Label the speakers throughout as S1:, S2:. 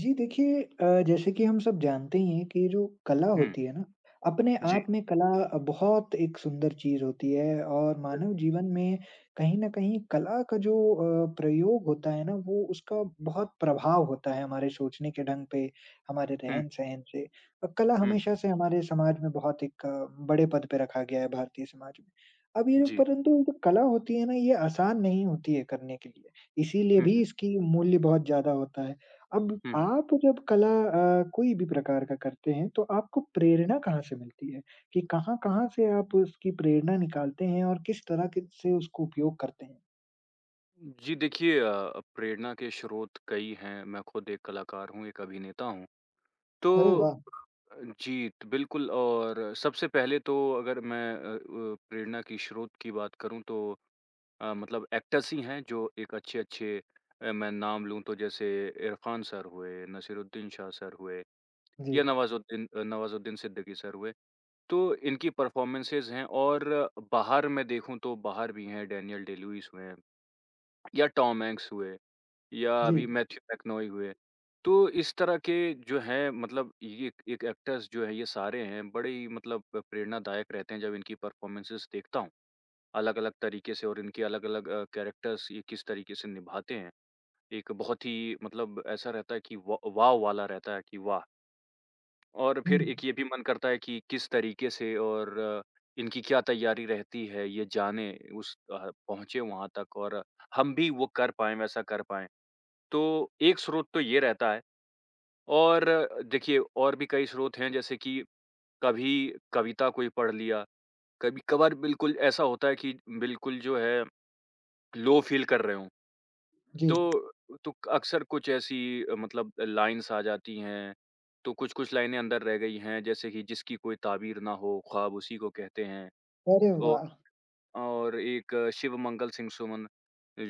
S1: जी देखिए जैसे कि हम सब जानते ही हैं कि जो कला
S2: हुँ,
S1: होती है ना, अपने
S2: जी,
S1: आप में कला बहुत एक सुंदर चीज़ होती है और
S2: बिल
S1: मानव जीवन में कहीं न कहीं कला का जो प्रयोग होता है ना, वो उसका बहुत प्रभाव होता है हमारे सोचने के ढंग पे, हमारे
S2: हुँ,
S1: रहन-सहन से। और कला
S2: हुँ,
S1: हमेशा से हमारे समाज में बहुत एक बड़े पद पे रखा गया है भारतीय समाज में। अब
S2: जी,
S1: परंतु जो कला होती है ना, ये आसान नहीं होती है करने के लिए, इसीलिए
S2: हुँ,
S1: भी
S2: हुँ,
S1: इसकी मूल्य बहुत ज़्यादा होता है। अब
S2: हुँ।
S1: आप जब कला कोई भी प्रकार का करते हैं, तो आपको प्रेरणा कहाँ से मिलती है? कि कहाँ-कहाँ से आप उसकी प्रेरणा निकालते हैं और किस तरह के से उसको उपयोग करते हैं?
S2: जी, देखिए प्रेरणा के स्रोत कई हैं, मैं खुद एक कलाकार हूँ, एक अभिनेता हूँ।
S1: अरे
S2: तो
S1: वाह!
S2: अ, जी, तो बिल्कुल। और सबसे पहले तो अगर मैं प्रेरणा की स्रोत की बात करूँ तो मतलब एक्टर्स ही हैं जो एक अच्छे-अच्छे मैं नाम लूँ तो जैसे इरफ़ान सर हुए, नसीरुद्दीन शाह सर हुए
S1: जी,
S2: या नवाज़ुद्दीन सिद्दीकी सर हुए। तो इनकी परफ़ॉर्मेंसेज़ हैं और बाहर मैं देखूँ तो बाहर भी हैं, डैनियल डे-लुइस हुए हैं या टॉम हैंक्स हुए या
S1: जी।
S2: अभी मैथ्यू मैकनॉही हुए। तो इस तरह के जो हैं, मतलब ये एक एक्टर्स जो हैं ये सारे हैं, बड़े ही मतलब प्रेरणादायक रहते हैं जब इनकी परफ़ॉर्मेंसेज़ देखता हूँ। अलग-अलग तरीके से और इनके अलग-अलग कैरेक्टर्स ये किस तरीके से निभाते हैं। एक बहुत ही मतलब ऐसा रहता है कि व वाव वाला रहता है कि वाह! और
S1: हुँ,
S2: फिर एक ये भी मन करता है कि किस तरीके से और इनकी क्या तैयारी रहती है ये जाने, उस पहुँचे वहाँ तक और हम भी वो कर पाएँ, वैसा कर पाएँ। तो एक स्रोत तो ये रहता है और देखिए और भी कई स्रोत हैं, जैसे कि कभी कविता कोई पढ़ लिया, कभी-कभार बिल्कुल ऐसा होता है कि बिल्कुल जो है लो फ़ील कर रहे हों।
S1: जी।
S2: तो तो अक्सर कुछ ऐसी मतलब लाइन्स आ जाती हैं, तो कुछ-कुछ लाइनें अंदर रह गई हैं, जैसे कि जिसकी कोई ताबीर ना हो, ख्वाब उसी को कहते हैं।
S1: अरे
S2: तो
S1: वाह!
S2: और एक शिव मंगल सिंह सुमन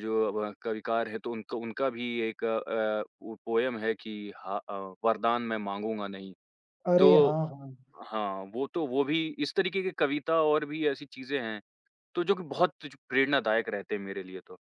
S2: जो अब कविकार हैं, तो उनका उनका भी एक वो पोएम है कि वरदान मैं माँगूँगा नहीं।
S1: अरे
S2: तो
S1: हाँ, हाँ।
S2: हाँ, वो भी इस तरीके की कविता और भी ऐसी चीज़ें हैं, तो जो कि बहुत प्रेरणादायक रहते हैं मेरे लिए तो।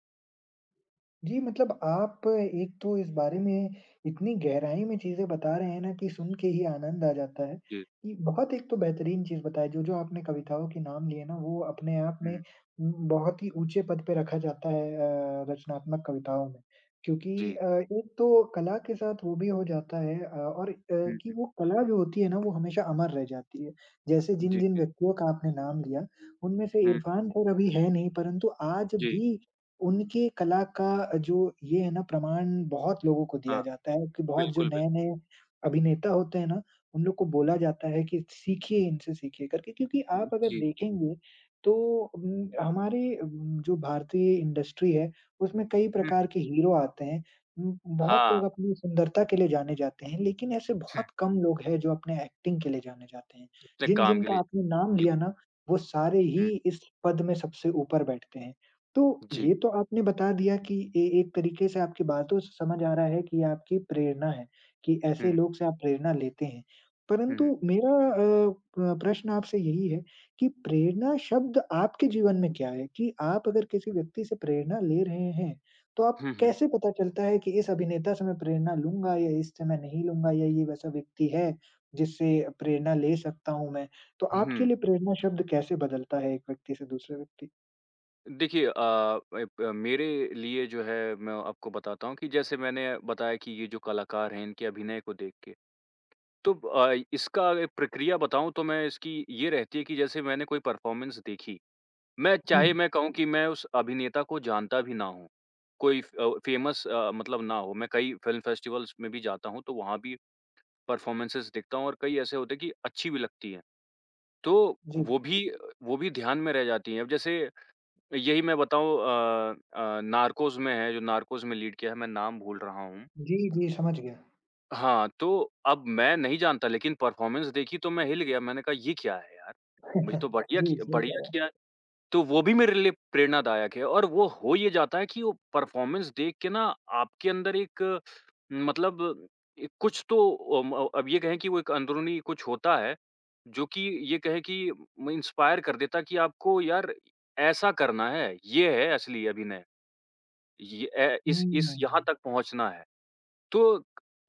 S1: जी, मतलब आप एक तो इस बारे में इतनी गहराई में चीज़ें बता रहे हैं ना कि सुन के ही आनंद आ जाता है,
S2: जी।
S1: कि बहुत एक तो बेहतरीन चीज़ बताई जो-जो आपने कविताओं के नाम लिए ना वो अपने आप में
S2: हुँ,
S1: बहुत ही ऊँचे पद पे रखा जाता है रचनात्मक कविताओं में। क्योंकि
S2: जी।
S1: एक तो कला के साथ वो भी हो जाता है
S2: हुँ,
S1: कि
S2: हुँ।
S1: वो कला जो होती है ना वो हमेशा अमर रह जाती है। जैसे
S2: जी,
S1: जिन-जिन
S2: जी।
S1: व्यक्तियों का आपने नाम लिया, उनमें से
S2: हुँ,
S1: इरफान खैर अभी है नहीं परंतु आज
S2: जी।
S1: भी उनके कला का जो ये है ना प्रमाण बहुत लोगों को
S2: हाँ,
S1: दिया जाता है कि बहुत जो
S2: बिल्कुल, बिल्कुल।
S1: नए-नए अभिनेता होते हैं ना, उन लोग को बोला जाता है कि सीखिए इनसे सीखिए करके क्योंकि
S2: हुँ,
S1: आप अगर
S2: जी।
S1: देखेंगे तो हमारे जो भारतीय इंडस्ट्री है उसमें कई
S2: हुँ,
S1: प्रकार
S2: हुँ।
S1: के हीरो आते हैं। बहुत लोग
S2: हाँ,
S1: अपनी सुंदरता के लिए जाने जाते हैं, लेकिन ऐसे बहुत कम लोग हैं जो अपने एक्टिंग के लिए जाने जाते हैं।
S2: अपने काम
S1: जिन-जिन
S2: के लिए
S1: का आपने नाम
S2: बिल्कुल।
S1: लिया ना, वो सारे ही
S2: हुँ,
S1: इस पद में सबसे ऊपर बैठते हैं। तो
S2: जी।
S1: ये तो आपने बता दिया कि ए एक तरीके से आपकी बातों से समझ आ रहा है कि ये आपकी प्रेरणा है, कि ऐसे
S2: हुँ,
S1: लोग से आप प्रेरणा लेते हैं। परंतु
S2: हुँ,
S1: मेरा अ, प प्रश्न आपसे यही है कि प्रेरणा शब्द आपके जीवन में क्या है? कि आप अगर किसी व्यक्ति से प्रेरणा ले रहे हैं, तो आप
S2: हुँ, हुँ।
S1: कैसे पता चलता है कि इस अभिनेता से मैं प्रेरणा लूँगा या इससे मैं नहीं लूँगा या ये वैसा व्यक्ति है, जिससे प्रेरणा ले सकता हूँ मैं? तो आपके
S2: हुँ,
S1: लिए प्रेरणा शब्द कैसे बदलता है एक व्यक्ति से दूसरे व्यक्ति?
S2: देखिए एप मेरे लिए जो है मैं आपको बताता हूँ कि जैसे मैंने बताया कि ये जो कलाकार हैं, इनके अभिनय को देख के, तो इसका एक प्रक्रिया बताऊँ तो मैं इसकी ये रहती है कि जैसे मैंने कोई परफ़ॉर्मेंस देखी, मैं
S1: हुँ,
S2: चाहे मैं कहूँ कि मैं उस अभिनेता को जानता भी ना हूँ, कोई फ़ेमस मतलब ना हो, मैं कई फ़िल्म फेस्टिवल्स में भी जाता हूँ तो वहाँ भी परफ़ॉर्मेंसेज़ देखता हूँ और कई ऐसे होते हैं कि अच्छी भी लगती हैं। तो
S1: जी।
S2: वो भी वो भी ध्यान में रह जाती हैं। अब जैसे यही मैं बताऊँ नार्कोज़ में है, जो नार्कोज़ में लीड किया है, मैं नाम भूल रहा हूँ।
S1: जी, जी, समझ गया।
S2: हाँ, तो अब मैं नहीं जानता लेकिन परफ़ॉर्मेंस देखी तो मैं हिल गया। मैंने कहा, ये क्या है यार? मुझे तो
S1: जी, सही कह
S2: बढ़िया
S1: रहे हैं।
S2: किया। तो वो भी मेरे लिए प्रेरणादायक है और वो हो ये जाता है कि वो परफ़ॉर्मेंस देख के ना आपके अंदर एक मतलब एक कुछ तो अब ये कहें कि वो एक अंदरूनी कुछ होता है, जो कि ये कहें कि म इंस्पायर कर देता है कि आपको यार ऐसा करना है, ये है असली अभिनय। ये ए इस
S1: हुँ,
S2: यहाँ तक पहुँचना है। तो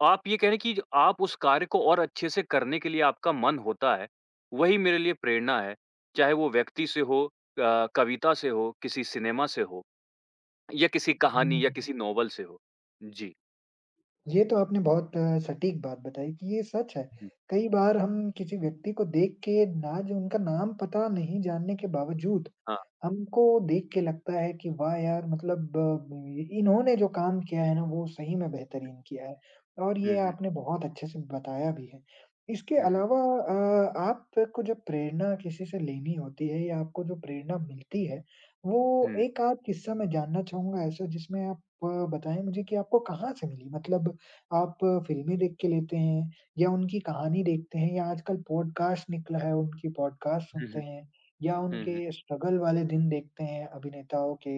S2: आप ये कह रहे हैं कि आप उस कार्य को और अच्छे से करने के लिए आपका मन होता है, वही मेरे लिए प्रेरणा है। चाहे वो व्यक्ति से हो, कविता से हो, किसी सिनेमा से हो या किसी कहानी या
S1: हुँ।
S2: किसी नॉवल से हो। जी।
S1: ये तो आपने बहुत सटीक बात बताई कि ये सच है।
S2: हुँ।
S1: कई बार हम किसी व्यक्ति को देख के ना जो उनका नाम पता नहीं जानने के बावजूद
S2: हाँ।
S1: हमको देख के लगता है कि वाह यार! मतलब इन्होंने जो काम किया है ना वो सही में बेहतरीन किया है और
S2: हुँ,
S1: ये
S2: हुँ।
S1: आपने बहुत अच्छे से बताया भी है। इसके
S2: हुँ, हुँ।
S1: अलावा आपको जब प्रेरणा किसी से लेनी होती है या आपको जो प्रेरणा मिलती है, वो
S2: हुँ,
S1: एक आध किस्सा मैं जानना चाहूँगा ऐसा जिसमें आप बताएँ मुझे कि आपको कहाँ से मिली? मतलब आप फ़िल्में देख के लेते हैं या उनकी कहानी देखते हैं या आजकल पॉडकास्ट निकला है उनकी पॉडकास्ट
S2: हुँ,
S1: सुनते
S2: हुँ,
S1: हैं? या
S2: हुँ, हुँ।
S1: उनके स्ट्रगल वाले दिन देखते हैं अभिनेताओं के,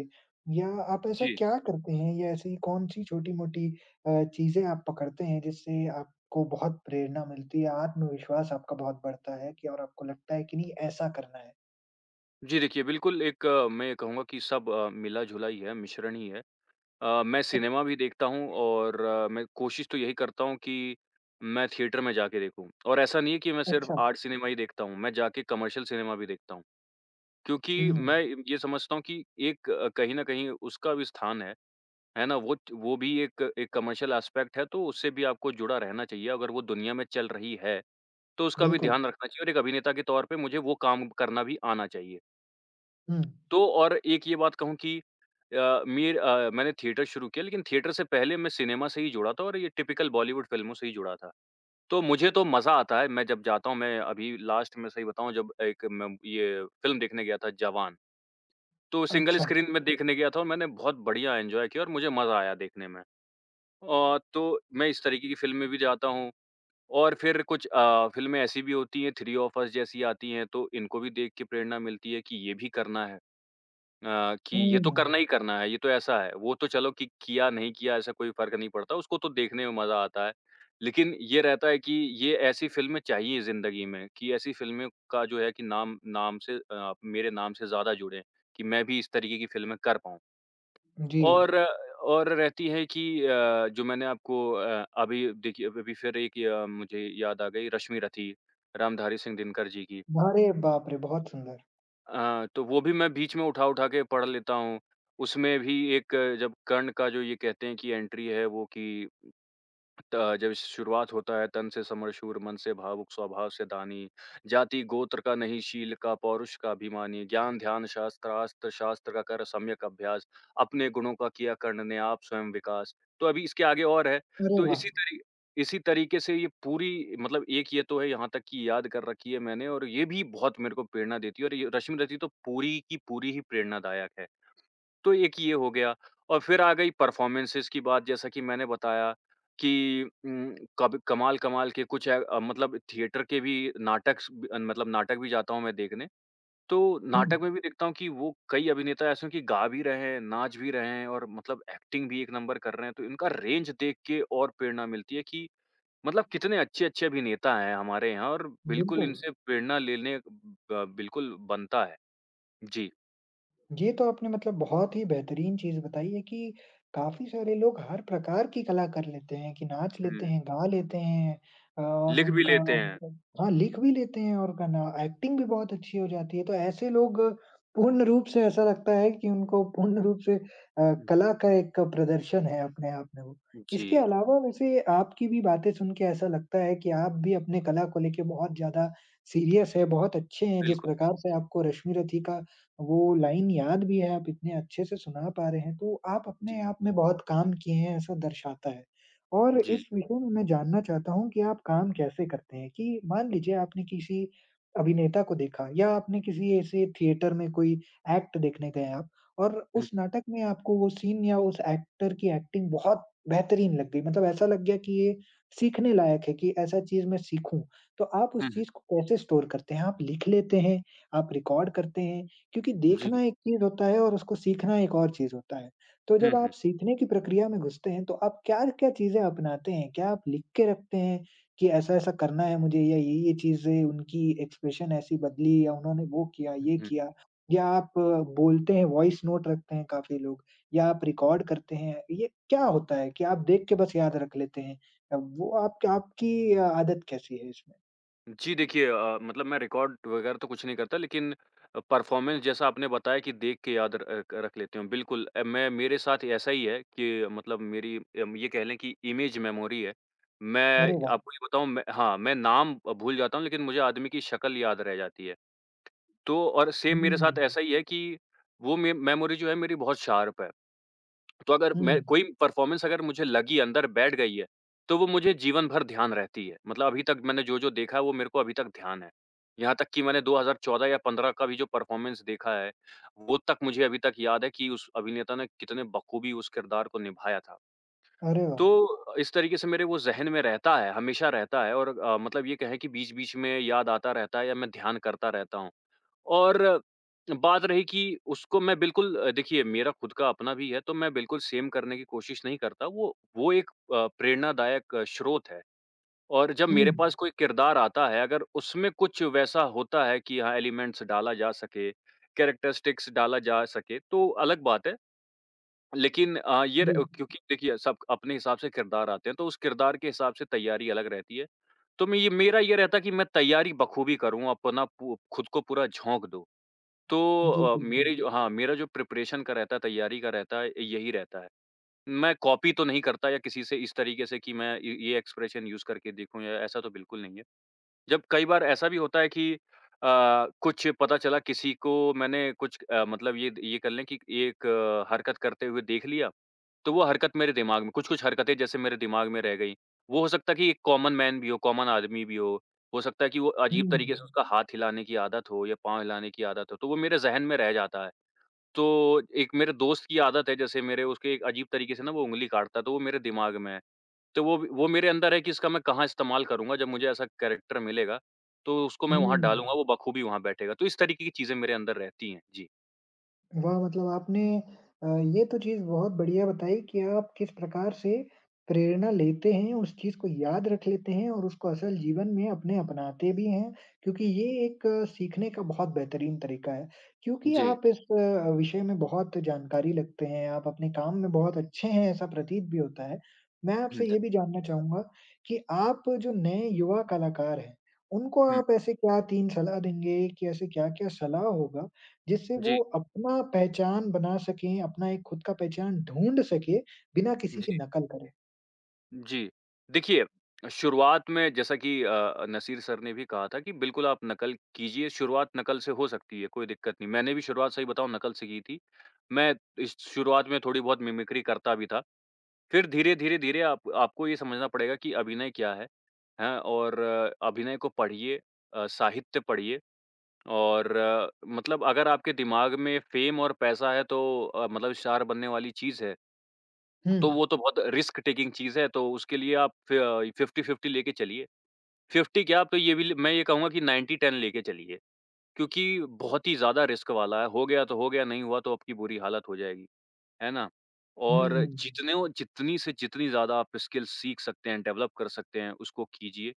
S1: या आप ऐसा
S2: जी।
S1: क्या करते हैं या ऐसी कौन-सी छोटी-मोटी चीज़ें आप पकड़ते हैं जिससे आपको बहुत प्रेरणा मिलती है, आत्मविश्वास आपका बहुत बढ़ता है कि और आपको लगता है कि नहीं ऐसा करना है?
S2: जी, देखिए बिल्कुल एक मैं कहूँगा कि सब मिला-जुला ही है, मिश्रण ही है। मैं सिनेमा भी देखता हूँ और मैं कोशिश तो यही करता हूँ कि मैं थिएटर में जाके देखूँ, और ऐसा नहीं है कि मैं सिर्फ़
S1: अच्छा।
S2: आर्ट सिनेमा ही देखता हूँ, मैं जाके कमर्शियल सिनेमा भी देखता हूँ। क्योंकि
S1: हुँ,
S2: मैं ये समझता हूँ कि एक कहीं न कहीं उसका भी स्थान है ना? वो भी एक एक कमर्शियल एस्पेक्ट है, तो उससे भी आपको जुड़ा रहना चाहिए। अगर वो दुनिया में चल रही है, तो उसका भी
S1: बिल्कुल।
S2: ध्यान रखना चाहिए और एक अभिनेता के तौर पे मुझे वो काम करना भी आना चाहिए।
S1: हुँ,
S2: तो और एक ये बात कहूँ कि मैंने थिएटर शुरू किया लेकिन थिएटर से पहले मैं सिनेमा से ही जुड़ा था, और ये टिपिकल बॉलीवुड फ़िल्मों से ही जुड़ा था। तो मुझे तो मज़ा आता है, मैं जब जाता हूँ मैं अभी लास्ट में सही बताऊँ, जब एक मैं ये फ़िल्म देखने गया था, जवान, तो सिंगल
S1: अच्छा।
S2: स्क्रीन में देखने गया था और मैंने बहुत बढ़िया एन्जॉय किया और मुझे मज़ा आया देखने में। तो मैं इस तरीके की फ़िल्म में भी जाता हूँ और फिर कुछ फ़िल्में ऐसी भी होती हैं, थ्री ऑफ़ अस जैसी आती हैं, तो इनको भी देख के प्रेरणा मिलती है कि ये भी करना है। कि ये
S1: हुँ,
S2: तो करना ही करना है, ये तो ऐसा है। वो तो चलो कि किया, नहीं किया ऐसा कोई फ़र्क नहीं पड़ता, उसको तो देखने में मज़ा आता है। लेकिन ये रहता है कि ये ऐसी फ़िल्में चाहिए ज़िंदगी में कि ऐसी फ़िल्में का जो है कि नाम नाम से अ, मेरे नाम से ज़्यादा जुड़े, कि मैं भी इस तरीके की फ़िल्में कर पाऊँ।
S1: जी।
S2: और और रहती है कि जो मैंने आपको अभी देखिए, अभी अभी फिर एक मुझे याद आ गई, रश्मि रथी, रामधारी सिंह दिनकर जी की।
S1: अरे बाप रे! बहुत सुंदर।
S2: तो वो भी मैं बीच में उठा-उठा के पढ़ लेता हूँ। उसमें भी एक जब कर्ण का जो ये कहते हैं कि एंट्री है वो कि त जब शुरुआत होता है, तन से समर शूर, मन से भावुक, स्वभाव से दानी, जाति गोत्र का नहीं शील का पौरुष का अभिमानी, ज्ञान ध्यान शास्त्र अस्त्र शास्त्र का कर सम्यक अभ्यास, अपने गुणों का किया कर्ण ने आप स्वयं विकास। तो अभी इसके आगे और है।
S1: अरे
S2: तो
S1: वाह!
S2: इसी तरीके से ये पूरी, मतलब एक ये तो है यहाँ तक कि याद कर रखी है मैंने, और ये भी बहुत मेरे को प्रेरणा देती है और ये रश्मि रची तो पूरी की पूरी ही प्रेरणादायक है। तो एक ये हो गया और फिर आ गई परफ़ॉर्मेंसेज़ की बात, जैसा कि मैंने बताया कि उम, कब कमाल-कमाल के कुछ मतलब थिएटर के भी नाटक स ब मतलब नाटक भी जाता हूँ मैं देखने। तो
S1: हुँ,
S2: नाटक में भी देखता हूँ कि वो कई अभिनेता ऐसे हैं कि गा भी रहे हैं, नाच भी रहे हैं और मतलब एक्टिंग भी एक नंबर कर रहे हैं। तो इनका रेंज देख के और प्रेरणा मिलती है कि मतलब कितने अच्छे-अच्छे अभिनेता हैं हमारे यहाँ, और बिल्कुल
S1: बिल्कुल।
S2: इनसे प्रेरणा लेने ब बिल्कुल बनता है। जी।
S1: ये तो आपने मतलब बहुत ही बेहतरीन चीज़ बताई है कि काफ़ी सारे लोग हर प्रकार की कला कर लेते हैं कि नाच लेते
S2: हुँ।
S1: हैं, गा लेते हैं और
S2: लिख भी
S1: उनका
S2: लेते हैं।
S1: मतलब हाँ, लिख भी लेते हैं और गाना एक्टिंग भी बहुत अच्छी हो जाती है। तो ऐसे लोग पूर्ण रूप से ऐसा लगता है कि उनको पूर्ण रूप से कला का एक प्रदर्शन है अपने आप में वो।
S2: जी।
S1: इसके अलावा वैसे आपकी भी बातें सुन के ऐसा लगता है कि आप भी अपने कला को लेके बहुत ज़्यादा सीरियस है, बहुत अच्छे हैं जिस
S2: बिल्कुल,
S1: प्रकार से आपको रश्मि रथी का वो लाइन याद भी है, आप इतने अच्छे से सुना पा रहे हैं, तो आप
S2: जी,
S1: अपने आप में बहुत काम किए हैं, ऐसा दर्शाता है। और
S2: जी।
S1: इस विषय में मैं जानना चाहता हूँ कि आप काम कैसे करते हैं? कि मान लीजिए आपने किसी अभिनेता को देखा या आपने किसी ऐसे थिएटर में कोई एक्ट देखने गए आप और
S2: हुँ,
S1: उस नाटक में आपको वो सीन या उस एक्टर की एक्टिंग बहुत बेहतरीन लग गई, मतलब ऐसा लग गया कि ये सीखने लायक है कि ऐसा चीज़ मैं सीखूँ। तो आप
S2: हुँ,
S1: उस चीज़ को कैसे स्टोर करते हैं? आप लिख लेते हैं? आप रिकॉर्ड करते हैं? क्योंकि
S2: हुँ, जी।
S1: देखना एक चीज़ होता है और उसको सीखना एक और चीज़ होता है। तो
S2: हुँ,
S1: जब आप
S2: हुँ,
S1: सीखने की प्रक्रिया में घुसते हैं, तो आप क्या-क्या चीज़ें अपनाते हैं? क्या आप लिख के रखते हैं कि ऐसा-ऐसा करना है मुझे या ये-ये चीज़ें उनकी एक्सप्रेशन ऐसी बदली या उन्होंने वो किया, ये
S2: हुँ।
S1: किया? या आप बोलते हैं वॉइस नोट रखते हैं काफ़ी लोग या आप रिकॉर्ड करते हैं? ये क्या होता है कि आप देख के बस याद रख लेते हैं? वो आपकी आपकी अ, आदत कैसी है इसमें?
S2: जी, देखिए मतलब मैं रिकॉर्ड वगैरह तो कुछ नहीं करता, लेकिन परफ़ॉर्मेंस जैसा आपने बताया कि देख के याद र अ, क रख लेते हो। बिल्कुल मैं मेरे साथ ऐसा ही है कि मतलब मेरी ये कह लें कि इमेज मेमोरी है।
S1: अरे
S2: मैं
S1: वाह!
S2: आपको ये बताऊँ, मैं हाँ, मैं नाम भूल जाता हूँ लेकिन मुझे आदमी की शक्ल याद रह जाती है। तो और सेम मेरे साथ
S1: हुँ।
S2: ऐसा ही है कि वो मे मेमोरी जो है मेरी बहुत शार्प है। तो अगर
S1: हुँ।
S2: मैं कोई परफ़ॉर्मेंस, अगर मुझे लगी, अंदर बैठ गई है, तो वो मुझे जीवन भर ध्यान रहती है। मतलब अभी तक मैंने जो-जो देखा है, वो मेरे को अभी तक ध्यान है। यहाँ तक कि मैंने 2014 या 15 का भी जो परफ़ॉर्मेंस देखा है, वो तक मुझे अभी तक याद है कि उस अभिनेता ने कितने बखूबी उस किरदार को निभाया था।
S1: अरे वाह!
S2: तो इस तरीके से मेरे वो ज़हन में रहता है, हमेशा रहता है, और मतलब ये कहें कि बीच-बीच में याद आता रहता है या मैं ध्यान करता रहता हूँ। और बात रही कि उसको मैं बिल्कुल देखिए मेरा खुद का अपना भी है, तो मैं बिल्कुल सेम करने की कोशिश नहीं करता। वो एक प्रेरणादायक स्रोत है, और जब
S1: हुँ।
S2: मेरे पास कोई किरदार आता है, अगर उसमें कुछ वैसा होता है कि हाँ, एलिमेंट्स डाला जा सके, कैरेक्टरिस्टिक्स डाला जा सके, तो अलग बात है। लेकिन अ, ये र
S1: जी।
S2: क्योंकि देखिए सब अपने हिसाब से किरदार आते हैं, तो उस किरदार के हिसाब से तैयारी अलग रहती है। तो मैं, ये मेरा ये रहता है कि मैं तैयारी बखूबी करूँ, अपना पू खुद को पूरा झोंक दूँ। तो
S1: जी, बिल्कुल।
S2: मेरी जो हाँ, मेरा जो प्रिपरेशन का रहता है, तैयारी का रहता है, यही रहता है। मैं कॉपी तो नहीं करता या किसी से इस तरीके से कि मैं ये एक्सप्रेशन यूज़ करके देखूँ, या ऐसा तो बिल्कुल नहीं है। जब कई बार ऐसा भी होता है कि अ, कुछ पता चला किसी को मैंने कुछ मतलब ये कर लें कि एक हरकत करते हुए देख लिया, तो वो हरकत मेरे दिमाग में कुछ-कुछ हरकतें जैसे मेरे दिमाग में रह गई। वो हो सकता है कि एक कॉमन मैन भी हो, कॉमन आदमी भी हो सकता है कि वो अजीब
S1: हुँ,
S2: तरीके से उसका हाथ हिलाने की आदत हो या पाँव हिलाने की आदत हो, तो वो मेरे ज़हन में रह जाता है। तो एक मेरे दोस्त की आदत है जैसे मेरे उसके एक अजीब तरीके से ना वो उँगली काटता है, तो वो मेरे दिमाग में है। तो वो मेरे अंदर है कि इसका मैं कहाँ इस्तेमाल करूँगा, जब मुझे ऐसा कैरेक्टर मिलेगा, तो उसको मैं वहाँ
S1: हुँ।
S2: डालूँगा, वो बखूबी वहाँ बैठेगा। तो इस तरीके की चीज़ें मेरे अंदर रहती हैं। जी।
S1: वाह! मतलब आपने अ, ये तो चीज़ बहुत बढ़िया बताई कि आप किस प्रकार से प्रेरणा लेते हैं, उस चीज़ को याद रख लेते हैं और उसको असल जीवन में अपने अपनाते भी हैं, क्योंकि ये एक सीखने का बहुत बेहतरीन तरीका है। क्योंकि
S2: जी।
S1: आप इस विषय में बहुत जानकारी रखते हैं, आप अपने काम में बहुत अच्छे हैं, ऐसा प्रतीत भी होता है। मैं
S2: हुँ,
S1: आपसे ये भी
S2: धन्यवाद।
S1: जानना चाहूँगा कि आप जो नए युवा कलाकार हैं, उनको
S2: हुँ।
S1: आप ऐसे क्या 3 सलाह देंगे कि ऐसे क्या-क्या सलाह होगा जिससे वो
S2: जी,
S1: अपना पहचान बना सकें, अपना एक खुद का पहचान ढूँढ सकें, बिना किसी
S2: जी,
S1: की नकल करे।
S2: जी। देखिए, शुरुआत में जैसा कि नसीर सर ने भी कहा था कि बिल्कुल आप नकल कीजिए, शुरुआत नकल से हो सकती है, कोई दिक्कत नहीं। मैंने भी शुरुआत सही बताऊँ नकल से की थी। मैं इस शुरुआत में थोड़ी बहुत मिमिक्री करता भी था। फिर धीरे-धीरे-धीरे आप आपको ये समझना पड़ेगा कि अभिनय क्या है, हैं? और अभिनय को पढ़िए, साहित्य पढ़िए और मतलब अगर आपके दिमाग में फ़ेम और पैसा है तो मतलब स्टार बनने वाली चीज़ है,
S1: हुँ।
S2: तो वो तो बहुत रिस्क टेकिंग चीज़ है, तो उसके लिए आप फ़ि 50-50 लेके चलिए। 50 क्या आप तो ये भी ल मैं ये कहूँगा कि 90-10 लेके चलिए, क्योंकि बहुत ही ज़्यादा रिस्क वाला है, हो गया तो हो गया, नहीं हुआ तो आपकी बुरी हालत हो जाएगी। है ना? और
S1: हुँ।
S2: जितने वो जितनी से जितनी ज़्यादा आप स्किल सीख सकते हैं, डेवलप कर सकते हैं, उसको कीजिए,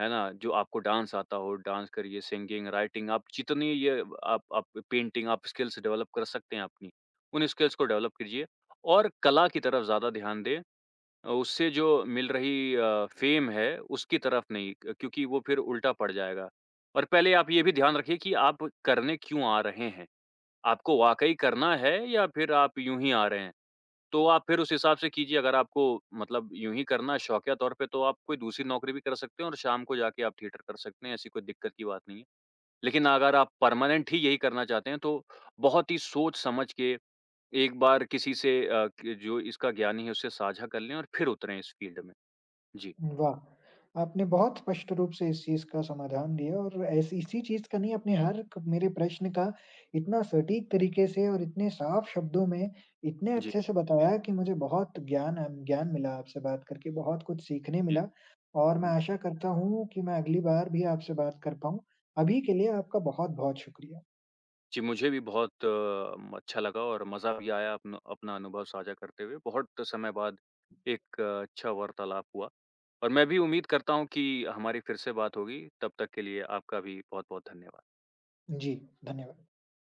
S2: है ना? जो आपको डांस आता हो, डांस करिए, सिंगिंग, राइटिंग, आप जितनी ये आप पेंटिंग, आप स्किल्स डेवलप कर सकते हैं अपनी, उन स्किल्स को डेवलप कीजिए और कला की तरफ ज़्यादा ध्यान दें। उससे जो मिल रही फ़ेम है, उसकी तरफ नहीं क क्योंकि वो फिर उल्टा पड़ जाएगा और पहले आप ये भी ध्यान रखिए कि आप करने क्यों आ रहे हैं? आपको वाक़ई करना है या फिर आप यूँ ही आ रहे हैं? तो आप फिर उस हिसाब से कीजिए, अगर आपको मतलब यूँ ही करना है शौकिया तौर पे तो आप कोई दूसरी नौकरी भी कर सकते हैं और शाम को जाके आप थिएटर कर सकते हैं, ऐसी कोई दिक्कत की बात नहीं है। लेकिन अगर आप परमानेंट ही यही करना चाहते हैं तो बहुत ही सोच-समझ के एक बार किसी से अ, क जो इसका ज्ञानी है उससे साझा कर लें और फिर उतरें इस फ़ील्ड में। जी,
S1: वाह! आपने बहुत स्पष्ट रूप से इस चीज़ का समाधान दिया और ऐसी इसी चीज़ का नहीं आपने हर क मेरे प्रश्न का इतना सटीक तरीके से और इतने साफ शब्दों में इतने
S2: जी,
S1: अच्छे से बताया कि मुझे बहुत ज्ञान मिला आपसे बात करके, बहुत कुछ सीखने
S2: जी।
S1: मिला और मैं
S2: हुँ।
S1: आशा करता हूँ कि मैं अगली बार भी आपसे बात कर पाऊँ। अभी के लिए आपका बहुत-बहुत शुक्रिया।
S2: जी, मुझे भी बहुत अच्छा लगा और मज़ा भी आया अपना अपना अनुभव साझा करते हुए। बहुत समय बाद एक अच्छा वार्तालाप हुआ और मैं भी उम्मीद करता हूँ कि हमारी फिर से बात होगी। तब तक के लिए आपका भी बहुत-बहुत धन्यवाद।
S1: जी, धन्यवाद।